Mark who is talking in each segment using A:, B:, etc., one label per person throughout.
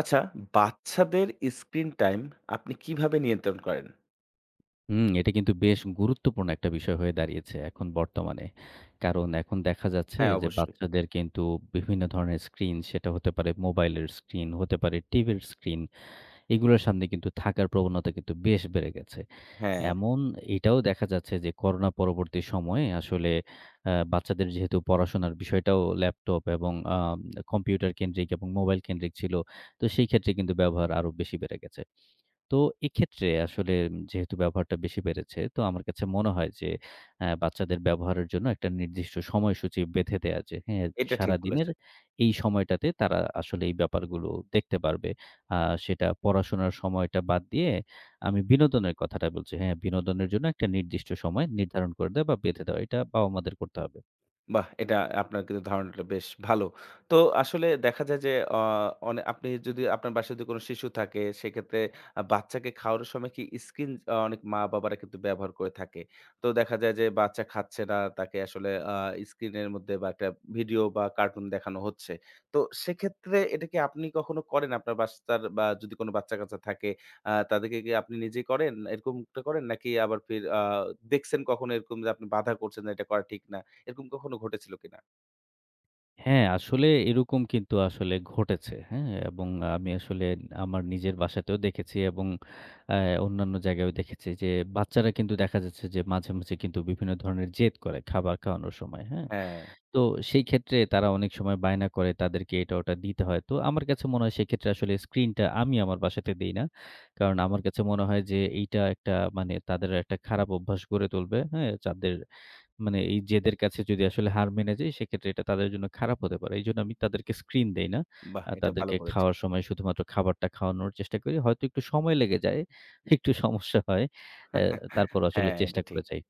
A: আচ্ছা, বাচ্চাদের screen time আপনি কিভাবে নিয়ন্ত্রণ করেন?
B: এটা কিন্তু বেশ গুরুত্বপূর্ণ একটা বিষয় হয়ে দাঁড়িয়েছে এখন বর্তমানে। কারণ এখন দেখা যাচ্ছে
A: হ্যাঁ,
B: যে
A: অবশ্যই।
B: বাচ্চাদের কিন্তু বিভিন্ন ধরনের স্ক্রিন, সেটা হতে পারে মোবাইলের স্ক্রিন, হতে পারে টিভির স্ক্রিন, এগুলোর সামনে কিন্তু থাকার প্রবণতা কিন্তু বেশ বেড়ে গেছে।
A: হ্যাঁ,
B: এমন এটাও দেখা যাচ্ছে যে করোনা পরবর্তী সময়ে আসলে বাচ্চাদের যেহেতু পড়াশোনার বিষয়টাও ল্যাপটপ এবং কম্পিউটার কেন্দ্রিক এবং মোবাইল কেন্দ্রিক ছিল। তো সেই ক্ষেত্রে কিন্তু ব্যবহার আরো বেশি বেড়ে গেছে। তো এক্ষেত্রে আসলে যেহেতু ব্যবহারটা বেশি বেড়েছে, তো আমার কাছে মনে হয় যে বাচ্চাদের ব্যবহারের জন্য একটা নির্দিষ্ট সময়সূচি বেঁধে দেয়া যে হ্যাঁ,
A: এটা ঠিক
B: সারাদিনের
A: বলেছেন।
B: এই সময়টাতে তারা আসলে এই ব্যাপারগুলো দেখতে পারবে। আ সেটা পড়াশোনার সময়টা বাদ দিয়ে আমি বিনোদনের কথাটা বলছি। হ্যাঁ, বিনোদনের জন্য একটা নির্দিষ্ট সময় নির্ধারণ করে দেওয়া বা বেঁধে দেওয়া। এটা বাবা-মাদের করতে হবে।
A: বাহ! এটা আপনার কিন্তু ধারণাটা বেশ ভালো। তো আসলে দেখা যায় যে অ অনে আপনি যদি আপনার বাসায় যদি কোন শিশু থাকে সেক্ষেত্রে বাচ্চাকে খাওয়ানোর সময় কি স্ক্রিন অনেক মা-বাবারা কিন্তু ব্যবহার করে থাকে। তো দেখা যায় যে বাচ্চা খাচ্ছে না, তাকে আসলে স্ক্রিনের মধ্যে বা একটা ভিডিও বা কার্টুন দেখানো হচ্ছে। তো সেক্ষেত্রে এটা কি আপনি কখনো করেন আপনার বাচ্চার বা যদি কোনো বাচ্চা-কাচ্চা থাকে তাদেরকে কি আপনি নিজেই করেন? এরকমটা করেন? নাকি আবার ফির দেখছেন কখনো এরকম যে আপনি বাধা করছেন না এটা করা ঠিক না? এরকম কখনো ঘটেছিল কিনা?
B: হ্যাঁ, আসলে এরকম কিন্তু আসলে ঘটেছে। হ্যাঁ? এবং আমি আসলে আমার নিজের বাসাতেও দেখেছি এবং অ্যা অন্যান্য জায়গায়ও দেখেছি যে, বাচ্চারা কিন্তু দেখা যাচ্ছে যে মাঝে, মাঝে কিন্তু বিভিন্ন ধরনের জেদ করে খাবার খাওয়ানোর সময়। হ্যাঁ?
A: হ্যাঁ,
B: তো সেই ক্ষেত্রে তারা অনেক সময় বায়না করে তাদেরকে এটা ওটা দিতে হয়। তো আমার কাছে মনে হয় সেক্ষেত্রে আসলে স্ক্রিনটা আমি আমার বাসাতে দেই না। কারণ আমার কাছে মনে হয় যে এইটা একটা মানে তাদের একটা খারাপ অভ্যাস গড়ে তুলবে। হ্যাঁ? তাদের মানে এই জেদের কাছে যদি আসলে হার মেনে যাই, সেক্ষেত্রে এটা তাদের জন্য খারাপ হতে পারে। এইজন্য আমি তাদেরকে স্ক্রিন দেই না।
A: বাহ! এটা ভালো
B: তাদেরকে
A: করেছেন।
B: খাওয়ার সময় শুধুমাত্র খাবারটা খাওয়ানোর চেষ্টা করি। হয়তো একটু সময় লেগে যায়, একটু সমস্যা হয়। অ্যা তারপরও আসলে
A: হ্যাঁ,
B: চেষ্টা
A: এটা ঠিক।
B: করে যাই।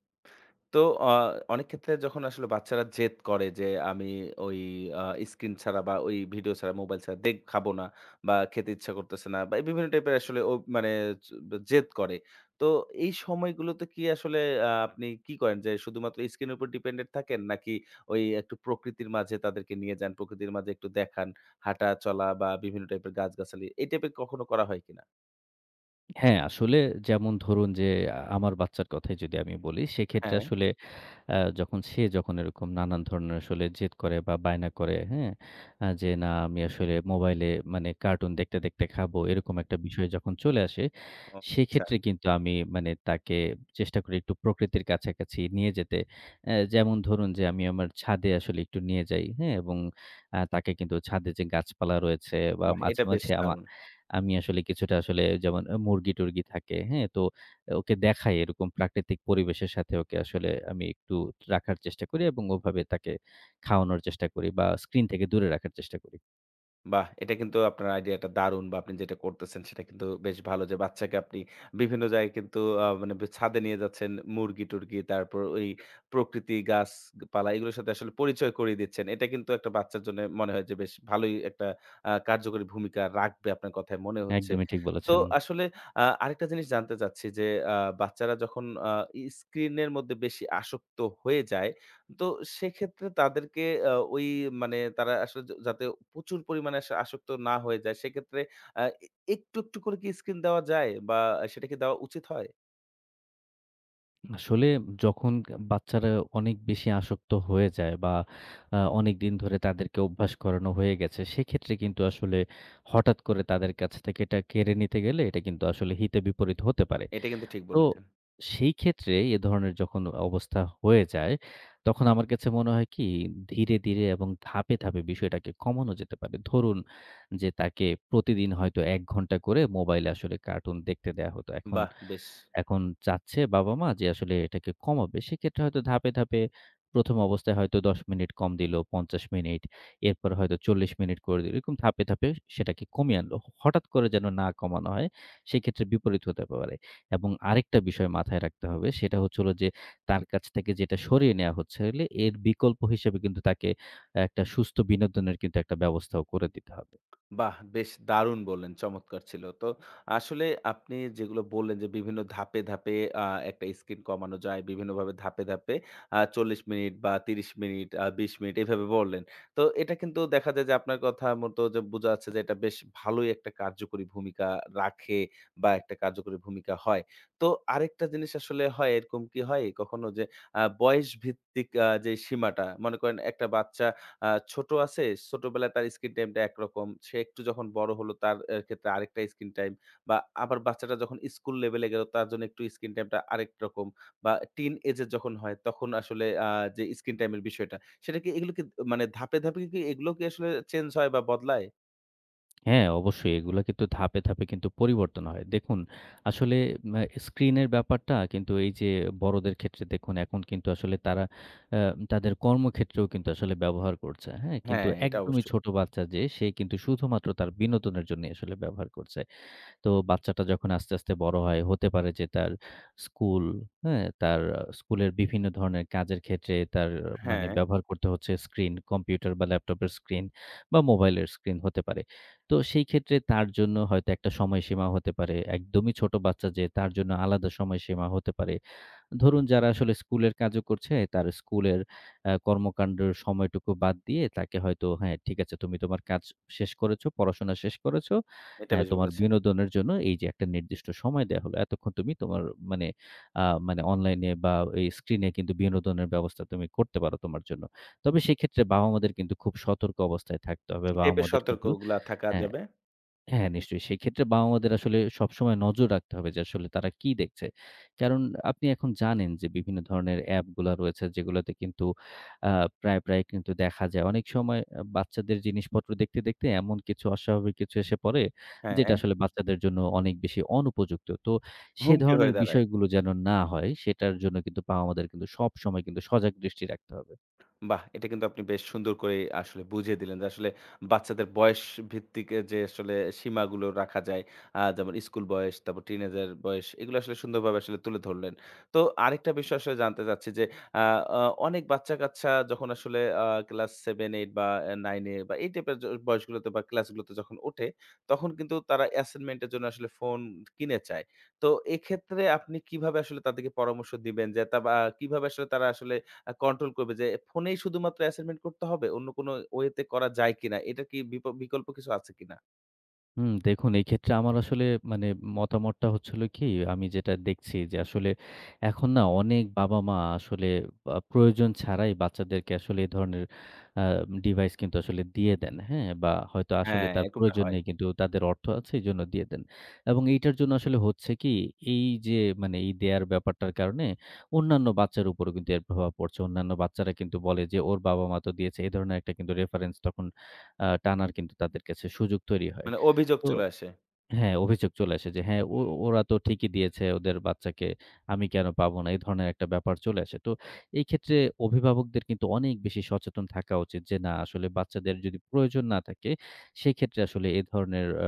A: তো অ অনেক ক্ষেত্রে যখন আসলে বাচ্চারা জেদ করে যে, "আমি ওই আ স্ক্রিন ছাড়া বা ওই ভিডিও ছাড়া, মোবাইল ছাড়া খাবো না বা খেতে ইচ্ছা করতেছে না" বা এই বিভিন্ন টাইপের আসলে ও মানে জেদ করে। তো এই সময়গুলোতে কি আসলে আপনি কি করেন যে, শুধুমাত্র স্ক্রিনের উপর ডিপেন্ডেন্ট থাকেন? নাকি ওই একটু প্রকৃতির মাঝে তাদেরকে নিয়ে যান, প্রকৃতির মাঝে একটু দেখান, হাঁটা, চলা বা বিভিন্ন টাইপের গাছগাছালি এই টাইপের কখনো করা হয় কিনা?
B: হ্যাঁ, আসলে যেমন ধরুন যে আমার বাচ্চার কথাই যদি আমি বলি, সেক্ষেত্রে
A: হ্যাঁ।
B: আসলে আ যখন সে যখন এরকম নানান ধরনের আসলে জেদ করে বা বায়না করে, হ্যাঁ? যে না আমি আসলে মোবাইলে মানে কার্টুন দেখতে, দেখতে খাবো এরকম একটা বিষয় যখন চলে আসে,
A: ও আচ্ছা।
B: সেক্ষেত্রে কিন্তু আমি মানে তাকে চেষ্টা করি একটু প্রকৃতির কাছাকাছি নিয়ে যেতে। যেমন ধরুন যে আমি আমার ছাদে আসলে একটু নিয়ে যাই, হ্যাঁ? এবং তাকে কিন্তু ছাদে যে গাছপালা রয়েছে বা
A: বাহ!
B: মাঝে,
A: এটা বেশ
B: মাঝে
A: দারুণ।
B: আমি আসলে কিছুটা আসলে যেমন মুরগি-টুরগি থাকে, হ্যাঁ? তো ওকে দেখাই এরকম প্রাকৃতিক পরিবেশের সাথে ওকে আসলে আমি একটু রাখার চেষ্টা করি এবং ওভাবে তাকে খাওয়ানোর চেষ্টা করি বা স্ক্রিন থেকে দূরে রাখার চেষ্টা করি।
A: বাহ! এটা কিন্তু আপনার আইডিয়াটা দারুণ বা আপনি যেটা করতেছেন সেটা কিন্তু বেশ ভালো যে বাচ্চাকে আপনি বিভিন্ন জায়গায় কিন্তু মানে ছাদে নিয়ে যাচ্ছেন। মুরগি-টুরগি তারপর ওই প্রকৃতি, গাছপালা এগুলোর সাথে আসলে পরিচয় করিয়ে দিচ্ছেন। এটা কিন্তু একটা বাচ্চার জন্য মনে হয় যে বেশ ভালোই একটা কার্যকরী ভূমিকা রাখবে আপনার কথায় মনে হচ্ছে।
B: একদমই ঠিক
A: তো
B: বলেছেন।
A: আসলে আরেকটা জিনিস জানতে চাচ্ছি যে আ বাচ্চারা যখন স্ক্রিনের মধ্যে বেশি আসক্ত হয়ে যায় তো সেক্ষেত্রে তাদেরকে ওই মানে তারা আসলে যাতে প্রচুর পরিমাণে আসক্ত না হয়ে যায়, সেক্ষেত্রে আ এ একটু, একটু করে কি স্ক্রিন দেওয়া যায় বা সেটা কি দেওয়া উচিত হয়?
B: আসলে যখন বাচ্চারা অনেক বেশি আসক্ত হয়ে যায় বা অনেকদিন ধরে তাদেরকে অভ্যাস করানো হয়ে গেছে, সেক্ষেত্রে কিন্তু আসলে হঠাৎ করে তাদের কাছ থেকে এটা কেড়ে নিতে গেলে এটা কিন্তু আসলে হিতে বিপরীত হতে পারে।
A: এটা কিন্তু ঠিক
B: তো
A: বলেছেন।
B: সেই ক্ষেত্রে এ ধরনের যখন অবস্থা হয়ে যায়, তখন আমার কাছে মনে হয় কি ধীরে, ধীরে এবং ধাপে, ধাপে বিষয়টাকে কমানো যেতে পারে। ধরুন যে তাকে প্রতিদিন হয়তো ১ ঘন্টা করে মোবাইলে আসলে কার্টুন দেখতে দেয়া হতো। এখন
A: বাহ! বেশ।
B: এখন চাচ্ছে বাবা-মা যে আসলে এটাকে কমাবে। সেক্ষেত্রে হয়তো ধাপে, ধাপে ১ম অবস্থায় হয়তো ১০ মিনিট কম দিল, ৫০ মিনিট, এরপর হয়তো ৪০ মিনিট করে দিল। এরকম ধাপে, ধাপে সেটাকে কমিয়ে আনলো। হঠাৎ করে যেন না কমানো হয়, সেক্ষেত্রে বিপরীত হতে পারে। এবং আরেকটা বিষয় মাথায় রাখতে হবে সেটা হচ্ছে হলো যে তার কাছ থেকে যেটা সরিয়ে নেয়া হচ্ছে হলে এর বিকল্প হিসেবে কিন্তু তাকে একটা সুস্থ বিনোদনের কিন্তু একটা ব্যবস্থাও করে দিতে হবে।
A: বাহ! বেশ দারুণ বললেন, চমৎকার ছিল। তো আসলে আপনি যেগুলো বললেন যে বিভিন্ন ধাপে, ধাপে আ একটা স্ক্রিন কমানো যায়। বিভিন্নভাবে ধাপে, ধাপে ৪০ মিনিট বা ৩০ মিনিট, ২০ মিনিট এভাবে বললেন। তো এটা কিন্তু দেখা যায় যে আপনার কথা মতো যে বোঝা যাচ্ছে যে এটা বেশ ভালোই একটা কার্যকরী ভূমিকা রাখে বা একটা কার্যকরী ভূমিকা হয়। তো আরেকটা জিনিস আসলে হয় এরকম কি হয় কখনো যে বয়সভিত্তিক যে সীমাটা মনে করেন একটা বাচ্চা আ ছোট আছে, ছোটবেলায় তার স্ক্রিন টাইমটা একরকম। সে একটু যখন বড় হলো তার ক্ষেত্রে আরেকটা স্ক্রিন টাইম বা আবার বাচ্চাটা যখন স্কুল লেভেলে গেল তার জন্য একটু স্ক্রিন টাইমটা আরেক রকম বা টিন এজ এর যখন হয় তখন আসলে যে স্ক্রিন টাইম এর বিষয়টা সেটা কি এগুলো কি মানে ধাপে, ধাপে কি এগুলো কি আসলে চেঞ্জ হয় বা বদলায়?
B: হ্যাঁ, অবশ্যই এগুলা কিন্তু ধাপে, ধাপে কিন্তু পরিবর্তন হয়। দেখুন আসলে ম্যা স্ক্রিনের ব্যাপারটা কিন্তু এই যে বড়দের ক্ষেত্রে দেখুন এখন কিন্তু আসলে তারা আ তাদের কর্মক্ষেত্রেও কিন্তু আসলে ব্যবহার করছে। হ্যাঁ? কিন্তু
A: হ্যাঁ, এটা
B: একদমই
A: অবশ্যই।
B: ছোট বাচ্চা যে সে কিন্তু শুধুমাত্র তার বিনোদনের জন্যই আসলে ব্যবহার করছে। তো বাচ্চাটা যখন আস্তে, আস্তে বড় হয়, হতে পারে যে তার স্কুল, হ্যাঁ? তার স্কুলের বিভিন্ন ধরনের কাজের ক্ষেত্রে তার মানে
A: হ্যাঁ,
B: ব্যবহার করতে হচ্ছে স্ক্রিন, কম্পিউটার বা ল্যাপটপের স্ক্রিন বা মোবাইলের স্ক্রিন হতে পারে। তো সেই ক্ষেত্রে তার জন্য হয়তো একটা সময়সীমা হতে পারে। একদমই ছোট বাচ্চা যে তার জন্য আলাদা সময়সীমা হতে পারে। ধরুন যারা আসলে স্কুলের কাজও করছে, তার স্কুলের কর্মকাণ্ডের সময়টুকু বাদ দিয়ে তাকে হয়তো, "হ্যাঁ, ঠিক আছে তুমি তোমার কাজ শেষ করেছ, পড়াশোনা শেষ করেছ।
A: এটা
B: হ্যাঁ,
A: বেশ
B: তোমার
A: বলেছেন।
B: বিনোদনের জন্য এই যে একটা নির্দিষ্ট সময় দেয়া হলো। এতক্ষণ তুমি তোমার মানে আ মানে অনলাইনে বা এই স্ক্রিনে কিন্তু বিনোদনের ব্যবস্থা তুমি করতে পারো তোমার জন্য।" তবে সেক্ষেত্রে বাবা-মাদের কিন্তু খুব সতর্ক অবস্থায় থাকতে হবে।
A: কি টাইপের
B: বাবা-মাদের কিন্তু
A: সতর্কগুলা থাকা
B: হ্যাঁ
A: যাবে?
B: হ্যাঁ, নিশ্চয়ই। সেক্ষেত্রে বাবা-মাদের আসলে সবসময় নজর রাখতে হবে যে আসলে তারা কি দেখছে। কারণ আপনি এখন জানেন যে বিভিন্ন ধরনের অ্যাপগুলা রয়েছে যেগুলাতে কিন্তু আ প্রায়, প্রায় কিন্তু দেখা যায়। অনেক সময় বাচ্চাদের জিনিসপত্র দেখতে, দেখতে এমন কিছু অস্বাভাবিক কিছু এসে পড়ে যেটা
A: হ্যাঁ,
B: আসলে বাচ্চাদের জন্য অনেক বেশি অনুপযুক্ত। তো সে
A: হুমকি হয়ে
B: ধরনের
A: দাঁড়ায়।
B: বিষয়গুলো যেন না হয় সেটার জন্য কিন্তু বাবা-মাদের কিন্তু সবসময় কিন্তু সজাগ দৃষ্টি রাখতে হবে।
A: বাহ! এটা কিন্তু আপনি বেশ সুন্দর করে আসলে বুঝিয়ে দিলেন যে, আসলে বাচ্চাদের বয়স ভিত্তিক এ যে আসলে সীমাগুলো রাখা যায়। যেমন স্কুল বয়স, তারপর টিনেজার বয়স, এগুলো আসলে সুন্দরভাবে আসলে তুলে ধরলেন। তো আরেকটা বিষয় আসলে জানতে চাচ্ছি যে, আ আ অনেক বাচ্চা-কাচ্চা যখন আসলে ক্লাস 7, 8 বা এ 9 এ বা এই টাইপের বয়সগুলোতে বা ক্লাসগুলোতে যখন ওঠে, তখন কিন্তু তারা অ্যাসাইনমেন্ট এর জন্য আসলে ফোন কিনে চায়। তো এক্ষেত্রে আপনি কিভাবে আসলে তাদেরকে পরামর্শ দিবেন যে, তা বা কিভাবে আসলে তারা আসলে কন্ট্রোল করবে যে ফোনেই শুধুমাত্র অ্যাসাইনমেন্ট করতে হবে? অন্য কোনো ওয়ে তে করা যায় কিনা? এটা কি বিকল্প কিছু আছে কিনা?
B: দেখুন এক্ষেত্রে আমার আসলে মানে মতামতটা হচ্ছে হলো কি, আমি যেটা দেখছি যে আসলে এখন না অনেক বাবা-মা আসলে প্রয়োজন ছাড়াই বাচ্চাদেরকে আসলে এ ধরনের আ ডিভাইস কিন্তু আসলে দিয়ে দেন, হ্যাঁ? বা হয়তো আসলে
A: হ্যাঁ,
B: তার
A: এরকমটা
B: প্রয়োজন
A: হয়।
B: নেই কিন্তু তাদের অর্থ আছে এজন্য দিয়ে দেন। এবং এইটার জন্য আসলে হচ্ছে কি, এই যে মানে এই দেয়ার ব্যাপারটার কারণে অন্যান্য বাচ্চার উপরেও কিন্তু এর প্রভাব পড়ছে। অন্যান্য বাচ্চারা কিন্তু বলে যে ওর বাবা-মা তো দিয়েছে। এ ধরনের একটা কিন্তু রেফারেন্স তখন টানার কিন্তু তাদের কাছে সুযোগ তৈরি হয়।
A: মানে অভিযোগ
B: তো
A: চলে আসে।
B: হ্যাঁ, অভিযোগ চলে আসে যে, "হ্যাঁ, ও ওরা তো ঠিকই দিয়েছে ওদের বাচ্চাকে, আমি কেন পাবো না?" এই ধরনের একটা ব্যাপার চলে আসে। তো এই ক্ষেত্রে অভিভাবকদের কিন্তু অনেক বেশি সচেতন থাকা উচিত যে, না আসলে বাচ্চাদের যদি প্রয়োজন না থাকে, সেক্ষেত্রে আসলে এ ধরনের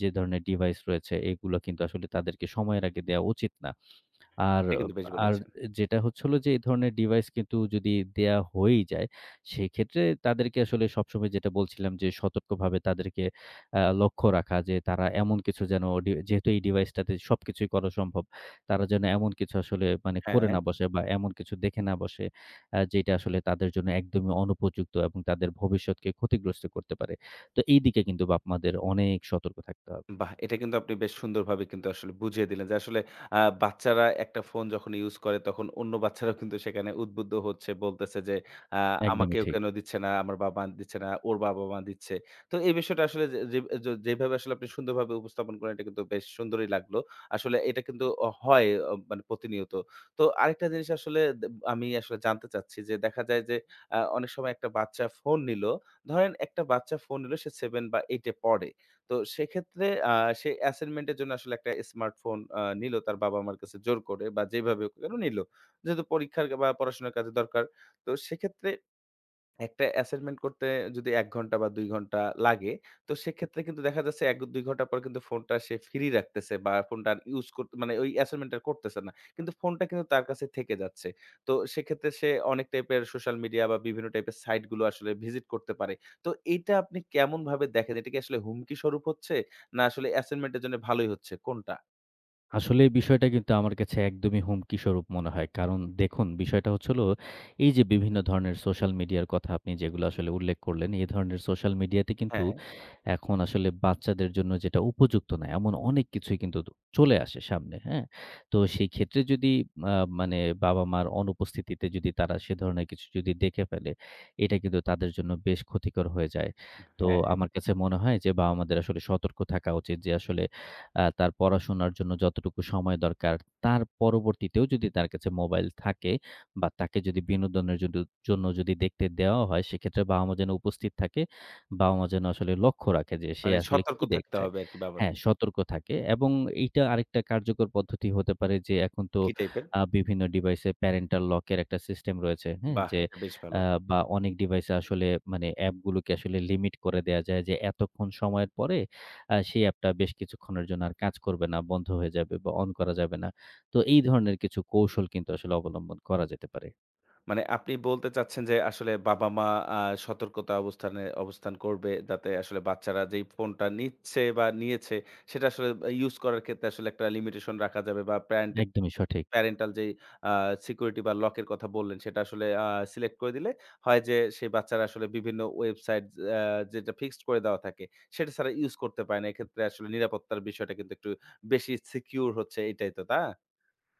B: যে ধরনের ডিভাইস রয়েছে, এগুলো কিন্তু আসলে তাদেরকে সময়ের আগে দেয়া উচিত না। আর
A: এটা কিন্তু বেশ
B: আর
A: বলেছেন।
B: যেটা হচ্ছে হলো যে, এই ধরনের ডিভাইস কিন্তু যদি দেয়া হয়েই যায়, সেক্ষেত্রে তাদেরকে আসলে সবসময় যেটা বলছিলাম যে, সতর্কভাবে তাদেরকে লক্ষ্য রাখা যে, তারা এমন কিছু যেন যেহেতু এই ডিভাইসটাতে সবকিছুই করা সম্ভব, তারা যেন এমন কিছু আসলে মানে করে
A: হ্যাঁ।
B: না বসে বা এমন কিছু দেখে না বসে, যেটা আসলে তাদের জন্য একদমই অনুপযুক্ত এবং তাদের ভবিষ্যৎকে ক্ষতিগ্রস্ত করতে পারে। তো এইদিকে কিন্তু বাপ-মাদের অনেক সতর্ক থাকতে হবে।
A: বাহ! এটা কিন্তু আপনি বেশ সুন্দরভাবে কিন্তু আসলে বুঝিয়ে দিলেন যে আসলে বাচ্চারা একটা ফোন যখন ইউজ করে তখন অন্য বাচ্চারাও কিন্তু সেখানে উদ্বুদ্ধ হচ্ছে। বলতেছে যে আ
B: একদমই
A: "আমাকেও
B: ঠিক।
A: কেন দিচ্ছে না? আমার বাবা দিচ্ছে না, ওর বাবা-মা দিচ্ছে।" তো এই বিষয়টা আসলে যে যে যে যেভাবে আসলে আপনি সুন্দরভাবে উপস্থাপন করেন এটা কিন্তু বেশ সুন্দরই লাগলো। আসলে এটা কিন্তু অ হয় অ মানে প্রতিনিয়ত। তো আরেকটা জিনিস আসলে আমি আসলে জানতে চাচ্ছি যে দেখা যায় যে অনেক সময় একটা বাচ্চা ফোন নিলো। ধরেন একটা বাচ্চা ফোন নিলো সে 7 বা 8 এ পড়ে। তো সেক্ষেত্রে সে অ্যাসাইনমেন্ট এর জন্য আসলে একটা স্মার্টফোন নিলো তার বাবা-মার কাছে জোর করে বা যেভাবে হোক না কেন নিলো। যেহেতু পরীক্ষার বা পড়াশোনার কাজে দরকার। তো সেক্ষেত্রে একটা অ্যাসাইনমেন্ট করতে যদি ১ ঘন্টা বা ২ ঘন্টা লাগে, তো সেক্ষেত্রে কিন্তু দেখা যাচ্ছে ১-২ ঘন্টা পর কিন্তু ফোনটা সে ফ্রি রাখতেছে বা ফোনটা আর ইউজ করতে মানে ওই অ্যাসাইনমেন্ট টা করতেছে না। কিন্তু ফোনটা কিন্তু তার কাছে থেকে যাচ্ছে। তো সেক্ষেত্রে সে অনেক টাইপের সোশ্যাল মিডিয়া বা বিভিন্ন টাইপের সাইট গুলো আসলে ভিজিট করতে পারে। তো এইটা আপনি কেমনভাবে দেখেন? এটা কি আসলে হুমকি স্বরূপ হচ্ছে? না আসলে অ্যাসাইনমেন্ট এর জন্য ভালোই হচ্ছে কোনটা?
B: আসলে এই বিষয়টা কিন্তু আমার কাছে একদমই হুমকি স্বরূপ মনে হয়। কারণ দেখুন বিষয়টা হচ্ছে হলো, এই যে বিভিন্ন ধরনের সোশ্যাল মিডিয়ার কথা আপনি যেগুলো আসলে উল্লেখ করলেন, এই ধরনের সোশ্যাল মিডিয়াতে কিন্তু
A: হ্যাঁ,
B: এখন আসলে বাচ্চাদের জন্য যেটা উপযুক্ত না, এমন অনেক কিছুই কিন্তু চলে আসে সামনে, হ্যাঁ? তো সেই ক্ষেত্রে যদি আ মানে বাবা-মার অনুপস্থিতিতে যদি তারা সে ধরনের কিছু যদি দেখে ফেলে, এটা কিন্তু তাদের জন্য বেশ ক্ষতিকর হয়ে যায়। তো
A: হ্যাঁ।
B: আমার কাছে মনে হয় যে বাবা-মাদের আসলে সতর্ক থাকা উচিত যে আসলে তার পড়াশোনার জন্য যতটুকু সময় দরকার, তার পরবর্তীতেও যদি তার কাছে মোবাইল থাকে বা তাকে যদি বিনোদনের জন্য জন্য যদি দেখতে দেওয়া হয়, সেক্ষেত্রে বাবা-মা যেন উপস্থিত থাকে। বাবা-মা যেন আসলে লক্ষ্য রাখে যে সে
A: মানে
B: আসলে
A: সতর্ক
B: কি
A: থাকতে
B: দেখছে।
A: হবে আরকি বাবদ।
B: হ্যাঁ, সতর্ক থাকে এবং এইটা আরেকটা কার্যকর পদ্ধতি হতে পারে যে এখন তো
A: কি টাইপের?
B: বিভিন্ন ডিভাইসে প্যারেন্টাল লক এর একটা সিস্টেম রয়েছে। হ্যাঁ?
A: বাহ!
B: যে
A: এটা বেশ
B: আ
A: ভালো।
B: বা অনেক ডিভাইসে আসলে মানে অ্যাপগুলোকে আসলে লিমিট করে দেয়া যায় যে এতক্ষণ সময়ের পরে সেই অ্যাপটা বেশ কিছুক্ষণের জন্য আর কাজ করবে না, বন্ধ হয়ে যাবে বা অন করা যাবে না। তো এই ধরনের কিছু কৌশল কিন্তু আসলে অবলম্বন করা যেতে পারে।
A: মানে আপনি বলতে চাচ্ছেন যে আসলে বাবা-মা আ সতর্কতা অবস্থানে অবস্থান করবে যাতে আসলে বাচ্চারা যেই ফোনটা নিচ্ছে বা নিয়েছে সেটা আসলে ইউজ করার ক্ষেত্রে আসলে একটা লিমিটেশন রাখা যাবে বা
B: একদমই সঠিক,
A: প্যারেন্টাল যেই আ সিকিউরিটি বা লকের কথা বললেন সেটা আসলে সিলেক্ট করে দিলে হয় যে সেই বাচ্চারা আসলে বিভিন্ন ওয়েবসাইট আ যেটা ফিক্সড করে দেওয়া থাকে সেটা ছাড়া ইউজ করতে পারে না। এক্ষেত্রে আসলে নিরাপত্তার বিষয়টা কিন্তু একটু বেশি সিকিউর হচ্ছে এটাই তো, তা?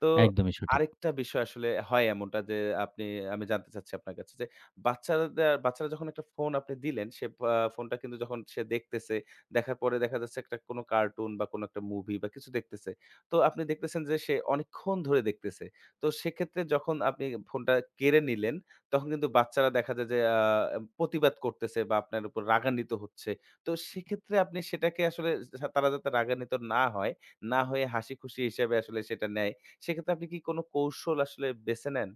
A: তো
B: একদমই সঠিক।
A: আরেকটা বিষয় আসলে হয় এমনটা যে আপনি আমি জানতে চাচ্ছি আপনার কাছে যে বাচ্চারা যখন একটা ফোন আপনি দিলেন সে ফোনটা কিন্তু যখন সে দেখতেছে, দেখার পরে দেখা যাচ্ছে একটা কোনো কার্টুন বা কোনো একটা মুভি বা কিছু দেখতেছে। তো আপনি দেখতেছেন যে সে অনেকক্ষণ ধরে দেখতেছে। তো সেক্ষেত্রে যখন আপনি ফোনটা কেড়ে নিলেন, তখন কিন্তু বাচ্চারা দেখা যায় যে প্রতিবাদ করতেছে বা আপনার উপর রাগান্বিত হচ্ছে। তো সেক্ষেত্রে আপনি সেটাকে আসলে তারা যাতে রাগান্বিত না হয়, না হয়ে হাসিখুশি হিসেবে আসলে সেটা নেয় সেক্ষেত্রে আপনি কি কোনো কৌশল আসলে বেছে নেন?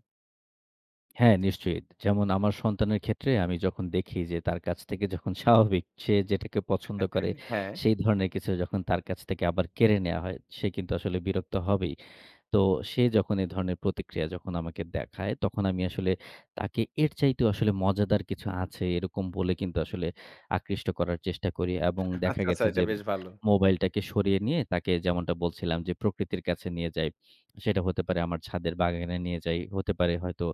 B: হ্যাঁ, নিশ্চয়ই। যেমন আমার সন্তানের ক্ষেত্রে আমি যখন দেখি যে তার কাছ থেকে যখন স্বাভাবিক সে যেটাকে পছন্দ করে
A: হ্যাঁ।
B: সেই ধরনের কিছু যখন তার কাছ থেকে আবার কেড়ে নেয়া হয়, সে কিন্তু আসলে বিরক্ত হবেই। তো সে যখন এ ধরনের প্রতিক্রিয়া যখন আমাকে দেখায়, তখন আমি আসলে তাকে এর চাইতেও আসলে মজাদার কিছু আছে এরকম বলে কিন্তু আসলে আকৃষ্ট করার চেষ্টা করি এবং দেখা
A: আচ্ছা, আচ্ছা।
B: গেছে
A: এটা
B: যে
A: বেশ ভালো।
B: মোবাইলটাকে সরিয়ে নিয়ে তাকে যেমনটা বলছিলাম যে প্রকৃতির কাছে নিয়ে যাই। সেটা হতে পারে আমার ছাদের বাগানে নিয়ে যাই, হতে পারে হয়তো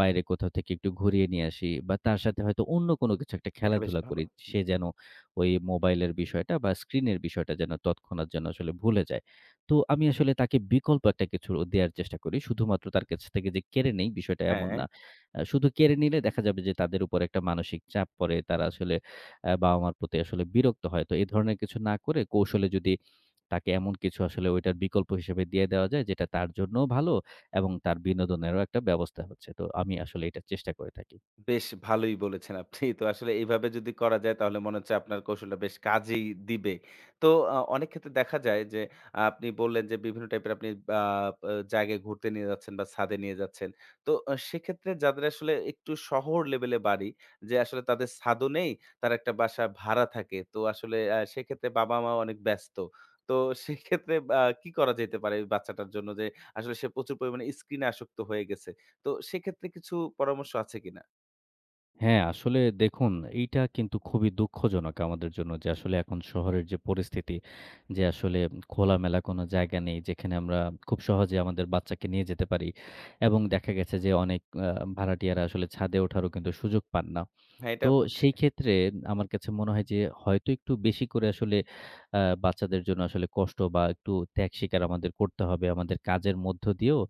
B: বাইরে কোথাও থেকে একটু ঘুরিয়ে নিয়ে আসি বা তার সাথে হয়তো অন্য কোনো কিছু একটা
A: এটা বেশ
B: খেলাধুলা
A: ভালো।
B: করি। সে যেন ওই মোবাইলের বিষয়টা বা স্ক্রিনের বিষয়টা যেন তৎক্ষণাৎ যেন আসলে ভুলে যায়। তো আমি আসলে তাকে বিকল্প একটা কিছু দেয়ার চেষ্টা করি। শুধুমাত্র তার কাছ থেকে যে কেড়ে নেই বিষয়টা এমন
A: হ্যাঁ।
B: না। শুধু কেড়ে নিলে দেখা যাবে যে তাদের উপর একটা মানসিক চাপ পড়ে। তারা আসলে বাবা-মার প্রতি আসলে বিরক্ত হয়। তো এ ধরনের কিছু না করে কৌশলে যদি তাকে এমন কিছু আসলে ওইটার বিকল্প হিসেবে দিয়ে দেওয়া যায় যেটা তার জন্যও ভালো এবং তার বিনোদনেরও একটা ব্যবস্থা হচ্ছে। তো আমি আসলে এটা চেষ্টা করে থাকি।
A: বেশ ভালোই বলেছেন আপনি। তো আসলে এইভাবে যদি করা যায় তাহলে মনে হচ্ছে আপনার কৌশলটা বেশ কাজেই দিবে। তো অনেক ক্ষেত্রে দেখা যায় যে আহ, আপনি বললেন যে বিভিন্ন টাইপের আপনি আ আ জায়গায় ঘুরতে নিয়ে যাচ্ছেন বা ছাদে নিয়ে যাচ্ছেন। তো সেক্ষেত্রে যাদের আসলে একটু শহর লেভেলে বাড়ি যে আসলে তাদের ছাদও নেই, তারা একটা বাসা ভাড়া থাকে। তো আসলে সেক্ষেত্রে বাবা-মা অনেক ব্যস্ত। তো সেক্ষেত্রে কি করা যেতে পারে ওই বাচ্চাটার জন্য যে আসলে সে প্রচুর পরিমাণে স্ক্রিনে আসক্ত হয়ে গেছে। তো সেক্ষেত্রে কিছু পরামর্শ আছে কিনা?
B: হ্যাঁ, আসলে দেখুন এইটা কিন্তু খুবই দুঃখজনক আমাদের জন্য যে আসলে এখন শহরের যে পরিস্থিতি, যে আসলে খোলামেলা কোনো জায়গা নেই যেখানে আমরা খুব সহজে আমাদের বাচ্চাকে নিয়ে যেতে পারি এবং দেখা গেছে যে অনেক আ ভাড়াটিয়ারা আসলে ছাদে ওঠারও কিন্তু সুযোগ পান না।
A: হ্যাঁ,
B: তো
A: এটা হচ্ছে।
B: সেই ক্ষেত্রে আমার কাছে মনে হয় যে হয়তো একটু বেশি করে আসলে আ বাচ্চাদের জন্য আসলে কষ্ট বা একটু ত্যাগ স্বীকার আমাদের করতে হবে। আমাদের কাজের মধ্য দিয়েও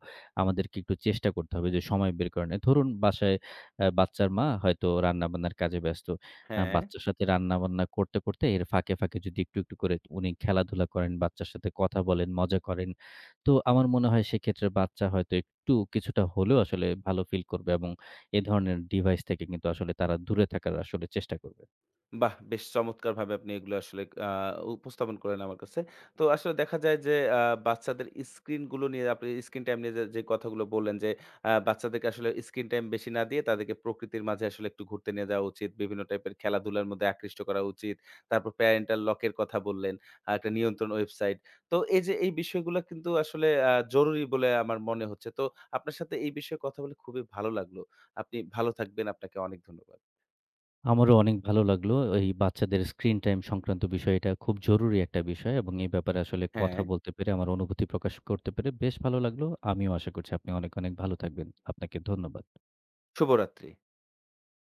B: আমাদেরকে একটু চেষ্টা করতে হবে যে সময় বের করে নেয়। ধরুন বাসায় বাচ্চার মা হয়তো রান্নাবান্নার কাজে ব্যস্ত।
A: হ্যাঁ,
B: বাচ্চার সাথে রান্নাবান্না করতে, করতে এর ফাঁকে, ফাঁকে যদি একটু, একটু করে উনি খেলাধুলা করেন, বাচ্চার সাথে কথা বলেন, মজা করেন। তো আমার মনে হয় সেক্ষেত্রে বাচ্চা হয়তো একটু কিছুটা হলেও আসলে ভালো ফিল করবে এবং এ ধরনের ডিভাইস থেকে কিন্তু আসলে তারা দূরে থাকার আসলে চেষ্টা করবে।
A: বাহ! বেশ চমৎকারভাবে আপনি এগুলো আসলে উপস্থাপন করলেন আমার কাছে। তো আসলে দেখা যায় যে বাচ্চাদের স্ক্রিনগুলো নিয়ে আপনি স্ক্রিন টাইম নিয়ে যে, যে কথাগুলো বললেন যে বাচ্চাদেরকে আসলে স্ক্রিন টাইম বেশি না দিয়ে তাদেরকে প্রকৃতির মাঝে আসলে একটু ঘুরতে নিয়ে যাওয়া উচিত। বিভিন্ন টাইপের খেলাধুলার মধ্যে আকৃষ্ট করা উচিত। তারপর প্যারেন্টাল লক এর কথা বললেন। একটা নিয়ন্ত্রণ ওয়েবসাইট। তো এই যে এই বিষয়গুলো কিন্তু আসলে জরুরি বলে আমার মনে হচ্ছে। তো আপনার সাথে এই বিষয়ে কথা বলে খুবই ভালো লাগলো। আপনি ভালো থাকবেন। আপনাকে অনেক ধন্যবাদ।
B: আমারও অনেক ভালো লাগলো এই বাচ্চাদের স্ক্রিন টাইম সংক্রান্ত বিষয় এটা খুব জরুরি একটা বিষয় এবং এই ব্যাপারে আসলে
A: হ্যাঁ,
B: কথা বলতে পেরে আমার অনুভূতি প্রকাশ করতে পেরে বেশ ভালো লাগলো। আমিও আশা করছি আপনি অনেক, অনেক ভালো থাকবেন। আপনাকে ধন্যবাদ।
A: শুভরাত্রি।